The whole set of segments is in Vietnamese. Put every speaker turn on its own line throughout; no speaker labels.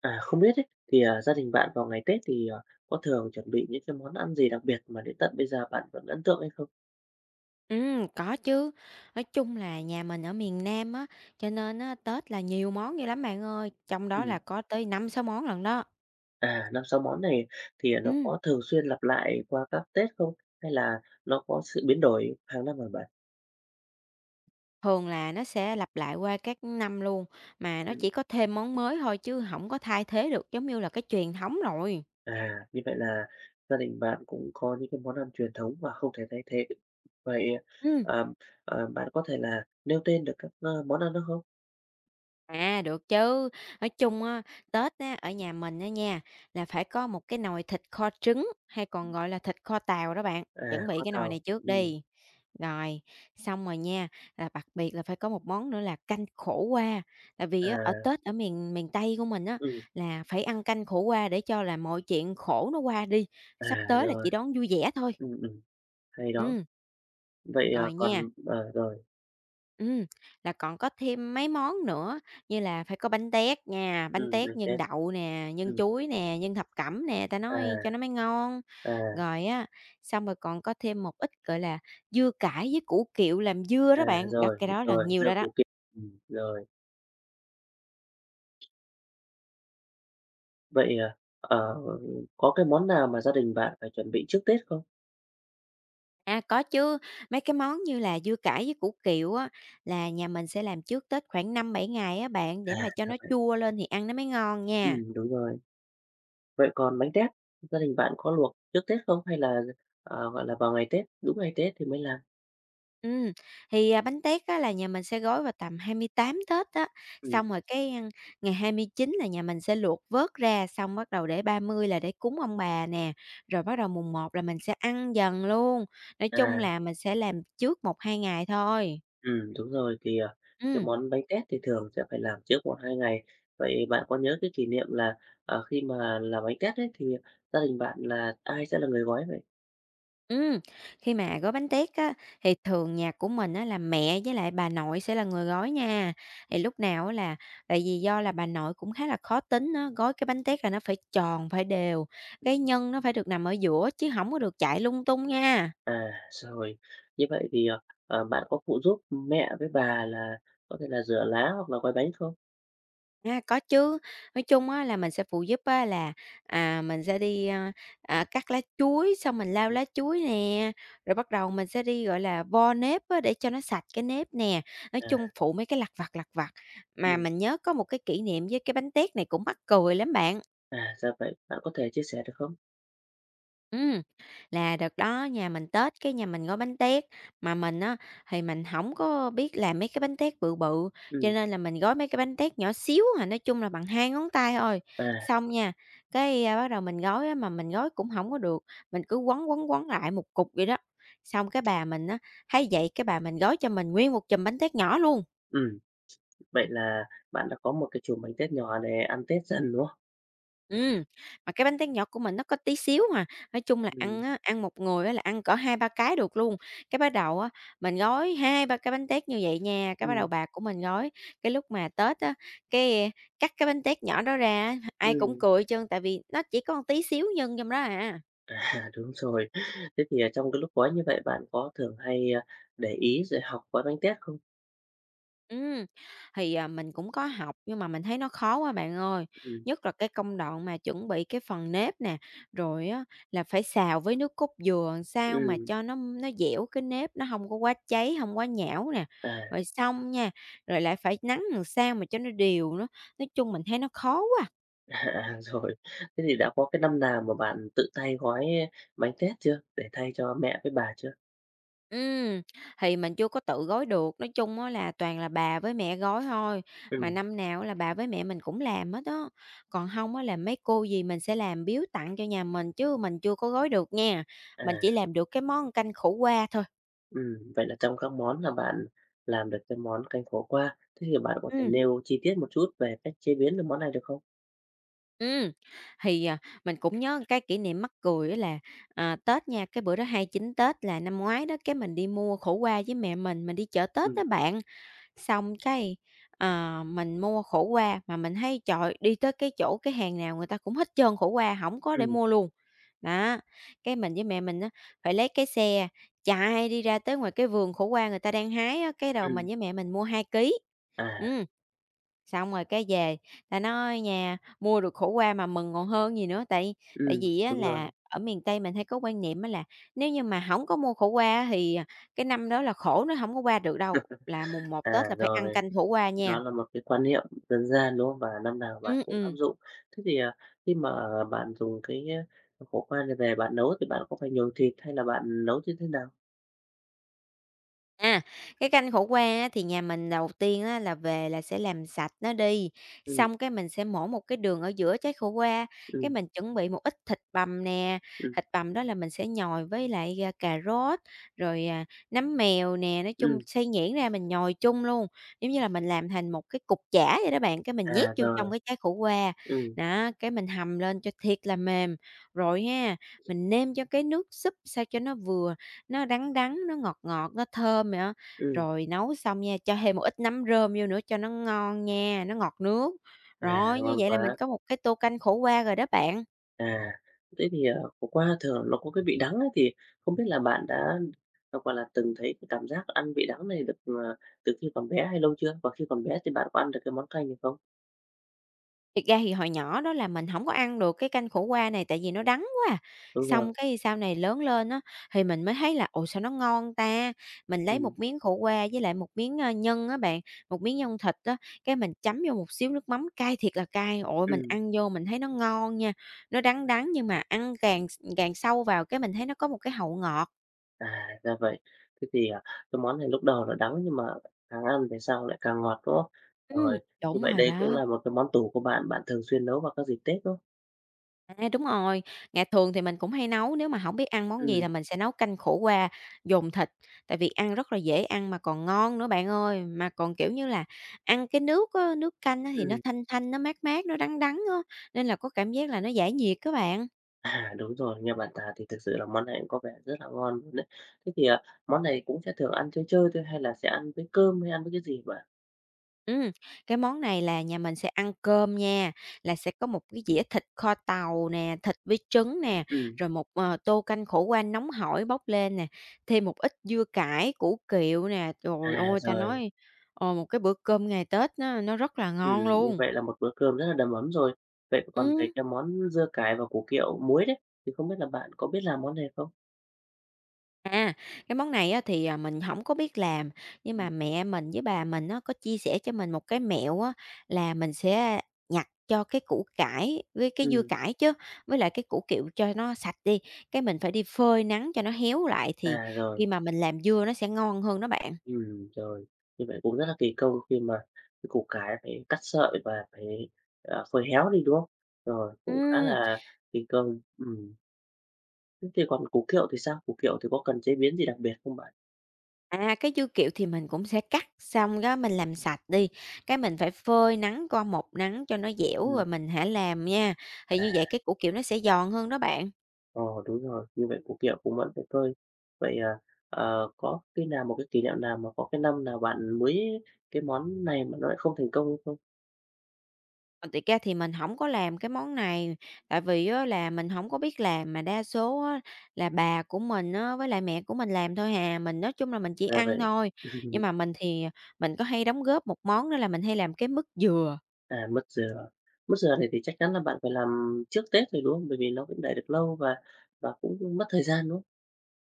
À, không biết ấy, thì, gia đình bạn vào ngày Tết thì, có thường chuẩn bị những cái món ăn gì đặc biệt mà đến tận bây giờ bạn vẫn ấn tượng hay không?
Ừ, có chứ. Nói chung là nhà mình ở miền Nam á, cho nên á, Tết là nhiều món dữ lắm bạn ơi, trong đó
Ừm,
là có tới năm sáu món lần đó.
5, 6 món này thì nó
Ừm,
có thường xuyên lặp lại qua các Tết không? Hay là nó có sự biến đổi hàng năm hả bạn?
Thường là nó sẽ lặp lại qua các năm luôn, mà nó
Ừm,
chỉ có thêm món mới thôi chứ không có thay thế được giống như là cái truyền thống rồi.
như vậy là gia đình bạn cũng có những cái món ăn truyền thống mà không thể thay thế. Vậy,
Ừm.
ờ, bạn có thể là nêu tên được các, món ăn đó không?
À, được chứ. Nói chung á, Tết á, ở nhà mình á nha, là phải có một cái nồi thịt kho trứng, hay còn gọi là thịt kho tàu đó bạn.
À,
Chuẩn bị
kho
cái nồi
tàu,
này trước đi. Rồi, xong rồi nha, là đặc biệt là phải có một món nữa là canh khổ qua. Tại vì á, ở
à,
Tết ở miền miền Tây của mình á,
ừm,
là phải ăn canh khổ qua để cho là mọi chuyện khổ nó qua đi. Sắp tới là
rồi,
chỉ đón vui vẻ thôi.
ừm, ừm, hay đó.
Ừ,
Vậy,
rồi nha.
còn rồi,
Ừm, là còn có thêm mấy món nữa như là phải có bánh tét nha, bánh tét
mình
nhân
sẽ
đậu nè, nhân
ừm,
chuối nè, nhân thập cẩm nè, ta nói
à,
cho nó mới ngon.
à,
Rồi á, xong rồi còn có thêm một ít, gọi là, dưa cải với củ kiệu làm dưa
à,
đó bạn, đó,
rồi,
cái đó là
rồi,
nhiều
dưa
rồi đó.
củ kiệu, rồi. Vậy, có cái món nào mà gia đình bạn phải chuẩn bị trước Tết không?
À, có chứ, mấy cái món như là dưa cải với củ kiệu á, là nhà mình sẽ làm trước Tết khoảng năm bảy ngày á bạn, để
À,
mà cho nó chua lên thì ăn nó mới ngon nha.
đúng rồi. Vậy còn bánh tét, gia đình bạn có luộc trước Tết không hay là, gọi là, vào ngày Tết, đúng ngày Tết thì mới làm?
Ừ, thì, bánh tét á là nhà mình sẽ gói vào tầm 28 Tết á,
Ừm,
xong rồi cái, ngày 29 là nhà mình sẽ luộc vớt ra, xong bắt đầu để 30 là để cúng ông bà nè, rồi bắt đầu mùng một là mình sẽ ăn dần luôn. Nói chung
à.
là mình sẽ làm trước một hai ngày thôi.
Ừ đúng rồi, thì, cái
Ừ.
món bánh tét thì thường sẽ phải làm trước một hai ngày. Vậy bạn có nhớ cái kỷ niệm là, khi mà làm bánh tét ấy, thì gia đình bạn là ai sẽ là người gói vậy?
Ừm, Khi mà gói bánh tét á, thì thường nhà của mình á, là mẹ với lại bà nội sẽ là người gói nha. Thì lúc nào á là tại vì do là bà nội cũng khá là khó tính á, gói cái bánh tét là nó phải tròn, phải đều, cái nhân nó phải được nằm ở giữa chứ không có được chạy lung tung nha.
À, rồi, như vậy thì, bạn có phụ giúp mẹ với bà là có thể là rửa lá hoặc là gói bánh không?
A, có chứ. Nói chung á là mình sẽ phụ giúp á là, mình sẽ đi, cắt lá chuối, xong mình lau
Ừm,
lá chuối nè, rồi bắt đầu mình sẽ đi, gọi là, vo nếp á để cho nó sạch cái nếp nè. Nói
à,
chung phụ mấy cái lặt vặt, lặt vặt. Mà
ừm,
mình nhớ có một cái kỷ niệm với cái bánh tét này cũng mắc cười lắm bạn.
ra vậy. Bạn có thể chia sẻ được không?
Ừm, là đợt đó nhà mình Tết cái nhà mình gói bánh tét, mà mình á thì mình không có biết làm mấy cái bánh tét bự bự, cho
Ừm,
nên là mình gói mấy cái bánh tét nhỏ xíu à, nói chung là bằng 2 ngón tay thôi.
à,
Xong nha, cái, bắt đầu mình gói á, mà mình gói cũng không có được, mình cứ quấn, quấn, quấn lại một cục vậy đó. Xong cái bà mình á, thấy vậy cái bà mình gói cho mình nguyên một chùm bánh tét nhỏ luôn.
ừm, vậy là bạn đã có một cái chùm bánh tét nhỏ để ăn Tết dần, đúng không?
Ừm, mà cái bánh tét Nhật của mình nó có tí xíu à, nói chung là
Ừm,
ăn á, ăn một người á là ăn cỡ hai ba cái được luôn. Cái bắt đầu á, mình gói hai ba cái bánh tét như vậy nha, cái bắt đầu
ừm,
bà của mình gói, cái lúc mà Tết á, cái cắt cái bánh tét nhỏ đó ra á, ai cũng
ừm.
cười hết trơn, tại vì nó chỉ có một tí xíu nhân trong đó à.
À, đúng rồi. Thế thì, trong cái lúc gói như vậy bạn có thường hay, để ý rồi học gói bánh tét không?
Ừm, thì, mình cũng có học nhưng mà mình thấy nó khó quá bạn ơi,
Ừ,
nhất là cái công đoạn mà chuẩn bị cái phần nếp nè, rồi á là phải xào với nước cốt dừa làm sao mà
ừm,
cho nó dẻo cái nếp, nó không có quá cháy, không quá nhão nè,
à,
rồi xong nha, rồi lại phải nắn làm sao mà cho nó đều nữa, nói chung mình thấy nó khó quá.
rồi. Thế thì đã có cái năm nào mà bạn tự tay gói bánh tét chưa? Để thay cho mẹ với bà chưa?
Ừ, thì mình chưa có tự gói được, nói chung á là toàn là bà với mẹ gói thôi, mà
Ừ,
năm nào là bà với mẹ mình cũng làm hết đó còn không á là mấy cô gì mình sẽ làm biếu tặng cho nhà mình chứ mình chưa có gói được nha,
à,
mình chỉ làm được cái món canh khổ qua thôi.
ừ. Vậy là trong các món là bạn làm được cái món canh khổ qua. Thế thì bạn có thể
Ừm,
nêu chi tiết một chút về cách chế biến được món này được không?
ừm, thì, mình cũng nhớ cái kỷ niệm mắc cười á là, Tết nha, cái bữa đó 29 Tết là năm ngoái đó, cái mình đi mua khổ qua với mẹ mình đi chợ Tết á
Ừ,
bạn. Xong cái, mình mua khổ qua mà mình thấy, trời ơi, đi tới cái chỗ cái hàng nào người ta cũng hết trơn khổ qua, không có để
ừ,
mua luôn. Đó, cái mình với mẹ mình á, phải lấy cái xe chạy đi ra tới ngoài cái vườn khổ qua người ta đang hái á, cái đầu
ừm,
mình với mẹ mình mua 2 ký.
à,
Ừm. Xong rồi cái về ta nói nhà mua được khổ qua mà mừng còn hơn gì nữa, tại tại
ừ,
vì á
đúng rồi,
là ở miền Tây mình hay có quan niệm á là nếu như mà hổng có mua khổ qua á thì, cái năm đó là khổ nó hổng có qua được đâu, là mùng một Tết là phải ăn
rồi.
canh khổ qua
Nó
nha.
là một cái quan niệm dân gian, đúng không? Và năm nào bạn
Ừm,
cũng áp
ừm.
dụng. Thế thì, khi mà bạn dùng cái, khổ qua này về bạn nấu thì bạn có phải nhồi thịt hay là bạn nấu như thế nào?
À, cái canh khổ qua á, thì nhà mình đầu tiên á, là về là sẽ làm sạch nó đi,
Ừ
xong cái mình sẽ mổ một cái đường ở giữa trái khổ qua, cái
ừ
mình chuẩn bị một ít thịt bằm nè,
ừ
thịt bằm đó là mình sẽ nhồi với lại, cà rốt, rồi, nấm mèo nè, nói chung
ừm.
xay nhuyễn ra mình nhồi chung luôn, giống như là mình làm thành một cái cục chả vậy đó bạn, cái mình nhét
À,
vô trong
rồi,
cái trái khổ qua.
ừ
Đó, cái mình hầm lên cho thiệt là mềm, rồi ha, mình nêm cho cái nước súp sao cho nó vừa, nó đắng đắng, nó ngọt ngọt, nó thơm vậy á.
ừ
Rồi nấu xong nha, cho thêm một ít nấm rơm vô nữa cho nó ngon nha, nó ngọt nước.
à,
Rồi, như
ngon
vậy là
quá.
mình có một cái tô canh khổ qua rồi đó bạn.
À, thế thì, khổ qua thường nó có cái vị đắng ấy, thì không biết là bạn đã, gọi là, từng thấy cái cảm giác ăn vị đắng này được, từ khi còn bé hay lâu chưa? Và khi còn bé thì bạn có ăn được cái món canh này không?
Thiệt ra thì hồi nhỏ đó là mình hổng có ăn được cái canh khổ qua này tại vì nó đắng quá à.
Đúng rồi,
Xong cái sau này lớn lên á, thì mình mới thấy là "Ồ, sao nó ngon ta?" Mình lấy
ừ
một miếng khổ qua với lại một miếng, nhân á bạn, một miếng nhân thịt á, cái mình chấm vô một xíu nước mắm cay thiệt là cay. Ôi,
ừ.
mình ăn vô mình thấy nó ngon nha, nó đắng đắng nhưng mà ăn càng càng sâu vào cái mình thấy nó có một cái hậu ngọt.
À, ra vậy. Thế thì, cái món này lúc đầu nó đắng nhưng mà càng ăn về sau lại càng ngọt, đúng không?
Ừm,
Rồi, như
đúng
vậy
rồi
đây cũng
đó.
là một cái món tủ của bạn, bạn thường xuyên nấu vào các dịp Tết, đúng không?
À, đúng rồi, ngày thường thì mình cũng hay nấu, nếu mà hổng biết ăn món gì
Ừ.
là mình sẽ nấu canh khổ qua dồn thịt, tại vì ăn rất là dễ ăn mà còn ngon nữa bạn ơi. Mà còn, kiểu như là, ăn cái nước á, nước canh á thì nó
Ừm.
thanh thanh, nó mát mát, nó đắng đắng á, nên là có cảm giác là nó giải nhiệt á bạn.
À, đúng rồi, nghe bạn tả thì thực sự là món này cũng có vẻ rất là ngon luôn đấy. Thế thì, món này cũng sẽ thường ăn chơi chơi thôi hay là sẽ ăn với cơm hay ăn với cái gì bạn?
Ừm, cái món này là nhà mình sẽ ăn cơm nha, là sẽ có một cái dĩa thịt kho tàu nè, thịt với trứng nè,
Ừm,
rồi một, tô canh khổ qua nóng hổi bốc lên nè, thêm một ít dưa cải, củ kiệu nè. Trời ơi, ta
rồi.
nói, một cái bữa cơm ngày Tết nó rất là
Ừ,
ngon
như
luôn.
vậy là một bữa cơm rất là đầm ấm rồi. Vậy còn về
Ừm.
cái món dưa cải và củ kiệu muối đấy, thì không biết là bạn có biết làm món này không?
À, cái món này á thì, mình không có biết làm, nhưng
Ừ.
mà mẹ mình với bà mình nó có chia sẻ cho mình một cái mẹo á là mình sẽ nhặt cho cái củ cải với cái dưa
Ừm,
cải chứ, với lại cái củ kiệu cho nó sạch đi, cái mình phải đi phơi nắng cho nó héo lại thì
rồi.
khi mà mình làm dưa nó sẽ ngon hơn đó bạn.
Rồi, như vậy cũng rất là kỳ công khi mà cái củ cải phải cắt sợi và phải, phơi héo đi, đúng không? Rồi, cũng khá
Ừm,
là kỳ công. Thế thì còn củ kiệu thì sao? Củ kiệu thì có cần chế biến gì đặc biệt không bạn?
cái dưa kiệu thì mình cũng sẽ cắt xong đó mình làm sạch đi, cái mình phải phơi nắng qua một nắng cho nó dẻo
Ừm,
rồi mình hãy làm nha, thì
à,
như vậy cái củ kiệu nó sẽ giòn hơn đó bạn.
ồ, đúng rồi, như vậy củ kiệu cũng vẫn phải phơi. Vậy, có khi nào một cái kỷ niệm nào mà có cái năm nào bạn muối cái món này mà nó lại không thành công không?
Còn thiệt ra thì mình hổng có làm cái món này, tại vì á là mình hổng có biết làm, mà đa số á là bà của mình á với lại mẹ của mình làm thôi hà, mình nói chung là mình chỉ
Ra
ăn
vậy.
thôi. Nhưng mà mình thì mình có hay đóng góp một món đó là mình hay làm cái mứt dừa.
À, mứt dừa. Mứt dừa này thì chắc chắn là bạn phải làm trước Tết rồi, đúng không? Bởi vì nó cũng để được lâu và cũng mất thời gian, đúng không?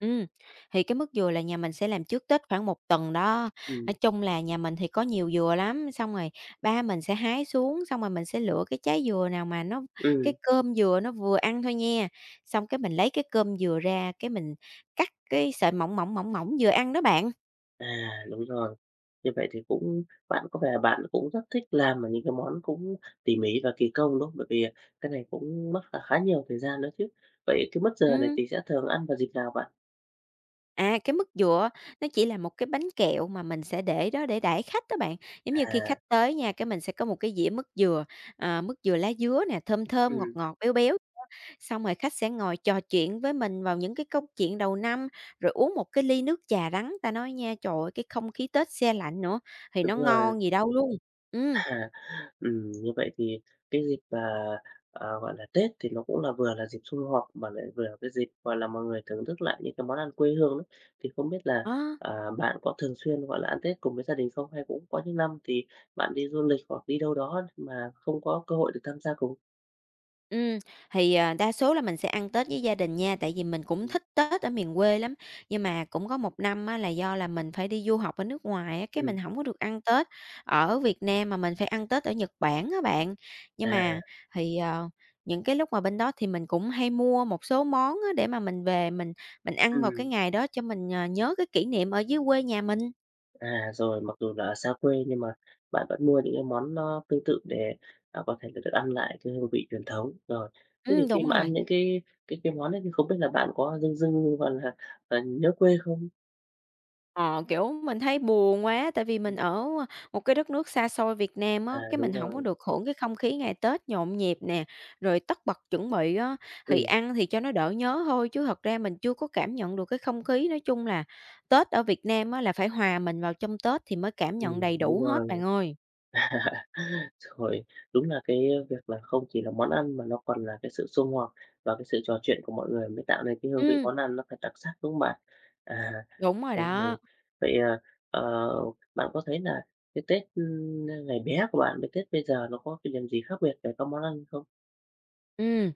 Ừ thì cái mức dừa là nhà mình sẽ làm trước Tết khoảng một tuần đó.
Ừ,
Nói chung là nhà mình thì có nhiều dừa lắm, xong rồi ba mình sẽ hái xuống, xong rồi mình sẽ lựa cái trái dừa nào mà nó cái
ừm,
cơm dừa nó vừa ăn thôi nha. Xong cái mình lấy cái cơm dừa ra, cái mình cắt cái sợi mỏng mỏng, mỏng mỏng vừa ăn đó bạn.
à, đúng rồi. Như vậy thì cũng bạn có vẻ là bạn cũng rất thích làm mà những cái món cũng tỉ mỉ và kỳ công, đúng không? Bởi vì cái này cũng mất khá nhiều thời gian nữa chứ. Vậy cái mứt dừa này
Ừm,
thì sẽ thường ăn vào dịp nào bạn?
cái mức dừa nó chỉ là một cái bánh kẹo mà mình sẽ để đó để đãi khách đó bạn. Giống như khi khách
À,
tới nha, cái mình sẽ có một cái dĩa mứt dừa, mứt dừa lá dứa nè, thơm thơm, ngọt
ừm,
ngọt, béo béo. Xong rồi khách sẽ ngồi trò chuyện với mình vào những cái câu chuyện đầu năm, rồi uống một cái ly nước trà đắng, ta nói nha, trời ơi, cái không khí Tết se lạnh nữa thì
đúng
nó
rồi.
ngon gì đâu luôn. Ừ,
Như vậy thì cái dịp mà, gọi là, Tết thì nó cũng là vừa là dịp sum họp mà lại vừa là cái dịp, gọi là, mọi người thưởng thức lại những cái món ăn quê hương đấy. Thì không biết là,
đó.
bạn có thường xuyên, gọi là, ăn Tết cùng với gia đình không? Hay cũng có những năm thì bạn đi du lịch hoặc đi đâu đó mà không có cơ hội được tham gia cùng?
ừ Đa số là mình sẽ ăn Tết với gia đình nha, tại vì mình cũng
Ừm,
thích Tết ở miền quê lắm. Nhưng mà cũng có một năm á là do là mình phải đi du học ở nước ngoài á, cái
ừm,
mình không có được ăn Tết ở Việt Nam mà mình phải ăn Tết ở Nhật Bản á bạn. Nhưng mà
à,
thì, ờ, Những cái lúc mà bên đó thì mình cũng hay mua một số món á để mà mình về mình ăn vào cái
ừm.
ngày đó cho mình, nhớ cái kỷ niệm ở dưới quê nhà mình.
À, rồi, mặc dù là ở xa quê nhưng mà bạn vẫn mua những cái món nó tương tự để, có thể là được ăn lại cái hương vị truyền thống. Rồi, thế thì khi
Đúng
mà
rồi.
ăn những cái món đấy thì không biết là bạn có dưng dưng, gọi là, nhớ quê không?
Ờ, kiểu, mình thấy buồn quá, tại vì mình
Ừm,
ở một cái đất nước xa xôi Việt Nam á, cái
đúng
mình hổng có
rồi,
được hưởng cái không khí ngày Tết nhộn nhịp nè, rồi tất bật chuẩn bị á, thì
ừm,
ăn thì cho nó đỡ nhớ thôi, chứ thật ra mình chưa có cảm nhận được cái không khí. Nói chung là Tết ở Việt Nam á, là phải hòa mình vào trong Tết thì mới cảm nhận đầy
đúng
đủ hết
rồi.
bạn ơi.
Rồi, đúng là cái việc là không chỉ là món ăn mà nó còn là cái sự sum họp và cái sự trò chuyện của mọi người mới tạo nên cái hương vị
Ừm,
món ăn nó phải đặc sắc, đúng không bạn? À,
đúng rồi
ừ, ừ.
đó.
Vậy, ờ, bạn có thấy là cái Tết, ngày bé của bạn với Tết bây giờ nó có cái điểm gì khác biệt về các món ăn không?
Ừm,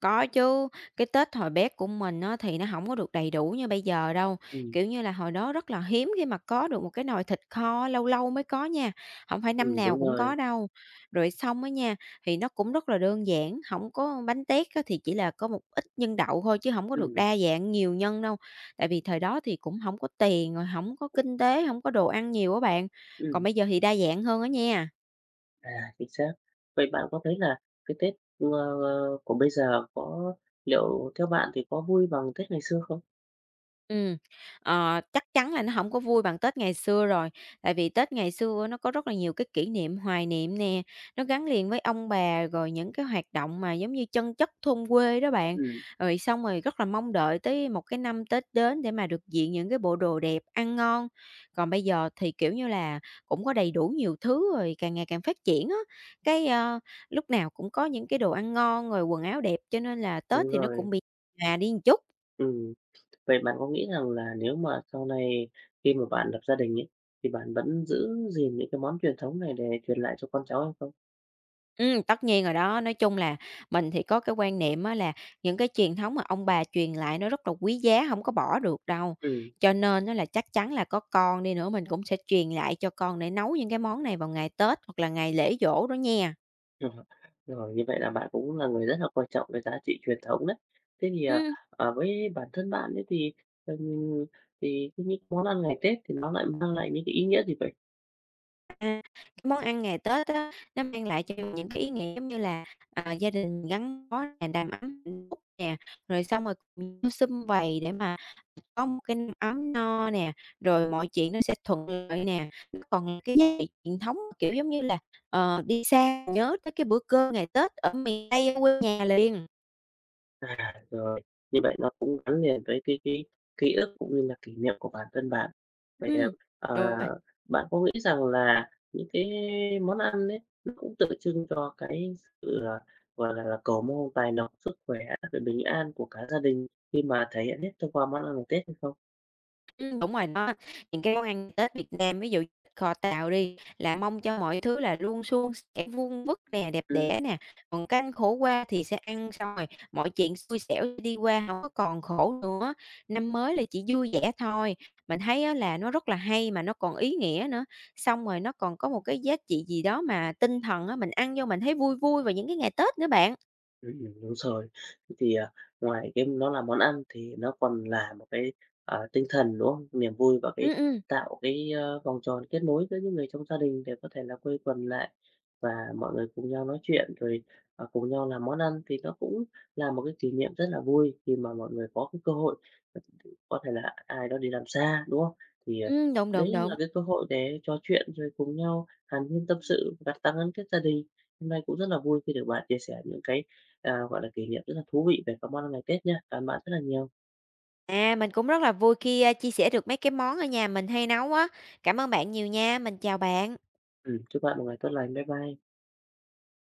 có chứ, cái Tết hồi bé của mình á, thì nó hổng có được đầy đủ như bây giờ đâu.
Ừm,
Kiểu như là, hồi đó rất là hiếm khi mà có được một cái nồi thịt kho, lâu lâu mới có nha, hổng phải năm nào
đúng
cũng có
rồi.
đâu. Rồi xong á nha, thì nó cũng rất là đơn giản, hổng có bánh tét á, thì chỉ là có một ít nhân đậu thôi chứ hổng có được
Ừm,
đa dạng nhiều nhân đâu. Tại vì thời đó thì cũng hổng có tiền, rồi hổng có kinh tế, hổng có đồ ăn nhiều á bạn. Còn
ừm,
bây giờ thì đa dạng hơn á nha.
à, chính xác. Vậy bạn có thấy là cái Tết, của bây giờ có liệu theo bạn thì có vui bằng Tết ngày xưa không?
Ừm, Chắc chắn là nó hổng có vui bằng Tết ngày xưa rồi, tại vì Tết ngày xưa á nó có rất là nhiều cái kỷ niệm, hoài niệm nè, nó gắn liền với ông bà, rồi những cái hoạt động mà giống như chân chất thôn quê đó bạn.
Ừm,
Rồi xong rồi rất là mong đợi tới một cái năm Tết đến để mà được diện những cái bộ đồ đẹp, ăn ngon. Còn bây giờ thì, kiểu như là, cũng có đầy đủ nhiều thứ rồi càng ngày càng phát triển á, cái, ơ, lúc nào cũng có những cái đồ ăn ngon rồi quần áo đẹp, cho nên là
đúng
Tết thì nó
rồi.
cũng bị nhòa đi chút.
Ừm. Vậy bạn có nghĩ rằng là nếu mà sau này khi mà bạn lập gia đình ấy, thì bạn vẫn giữ gìn những cái món truyền thống này để truyền lại cho con cháu hay không?
Tất nhiên rồi đó. Nói chung là mình thì có cái quan niệm á là những cái truyền thống mà ông bà truyền lại nó rất là quý giá, không có bỏ được đâu.
Ừm,
Cho nên nó là chắc chắn là có con đi nữa mình cũng sẽ truyền lại cho con để nấu những cái món này vào ngày Tết hoặc là ngày lễ giỗ đó nha.
rồi, rồi như vậy là bạn cũng là người rất là coi trọng cái giá trị truyền thống đấy. Thế thì,
Ừm.
với bản thân bạn ấy ừm, thì cái những món ăn ngày Tết thì nó lại mang lại những cái ý nghĩa gì vậy?
Cái món ăn ngày Tết á, nó mang lại cho mình những cái ý nghĩa giống như là, gia đình gắn bó nè, đầm ấm hạnh phúc nè, rồi xong rồi cùng nhau sum vầy để mà có một cái năm ấm no nè, rồi mọi chuyện nó sẽ thuận lợi nè. Nó còn là cái giá trị truyền thống, kiểu, giống như là, đi xa nhớ tới cái bữa cơm ngày Tết ở miền Tây ở quê nhà liền.
À, rồi, như vậy nó cũng gắn liền với cái ký ức cũng như là kỷ niệm của bản thân bạn. Vậy,
Ừm,
ờ,
đúng rồi.
bạn có nghĩ rằng là những cái món ăn ấy, nó cũng tượng trưng cho cái sự, gọi là, cầu mong tài lộc, sức khỏe, sự bình an của cả gia đình khi mà thể hiện hết thông qua món ăn ngày Tết hay không?
Đúng rồi đó. Những cái món ăn Tết Việt Nam, ví dụ kho tàu đi, là mong cho mọi thứ là luôn suôn sẻ, vuông vức nè, đẹp
Ừm.
đẽ nè. Còn canh khổ qua thì sẽ ăn xong rồi mọi chuyện xui xẻo sẽ đi qua, không có còn khổ nữa. Năm mới là chỉ vui vẻ thôi. Mình thấy á là nó rất là hay mà nó còn ý nghĩa nữa, xong rồi nó còn có một cái giá trị gì đó mà tinh thần á, mình ăn vô mình thấy vui vui vào những cái ngày Tết nữa bạn.
Đúng rồi. Thế thì, ngoài cái nó là món ăn thì nó còn là một cái, tinh thần, đúng không? Niềm vui và
Ừm,
cái
ừm,
tạo cái, vòng tròn kết nối giữa những người trong gia đình để có thể là quây quần lại và mọi người cùng nhau nói chuyện, rồi, cùng nhau làm món ăn thì nó cũng là một cái kỷ niệm rất là vui khi mà mọi người có cái cơ hội có thể là ai đó đi làm xa, đúng không? Thì,
đúng,
đấy
đúng,
là
đúng.
cái cơ hội để trò chuyện rồi cùng nhau hàn huyên tâm sự và tăng gắn kết gia đình. Hôm nay cũng rất là vui khi được bạn chia sẻ những cái gọi là, kỷ niệm rất là thú vị về các món ăn ngày Tết nha. Cảm ơn bạn rất là nhiều.
À, mình cũng rất là vui khi, chia sẻ được mấy cái món ở nhà mình hay nấu á. Cảm ơn bạn nhiều nha, mình chào bạn.
Chúc bạn một ngày tốt lành. Bye bye.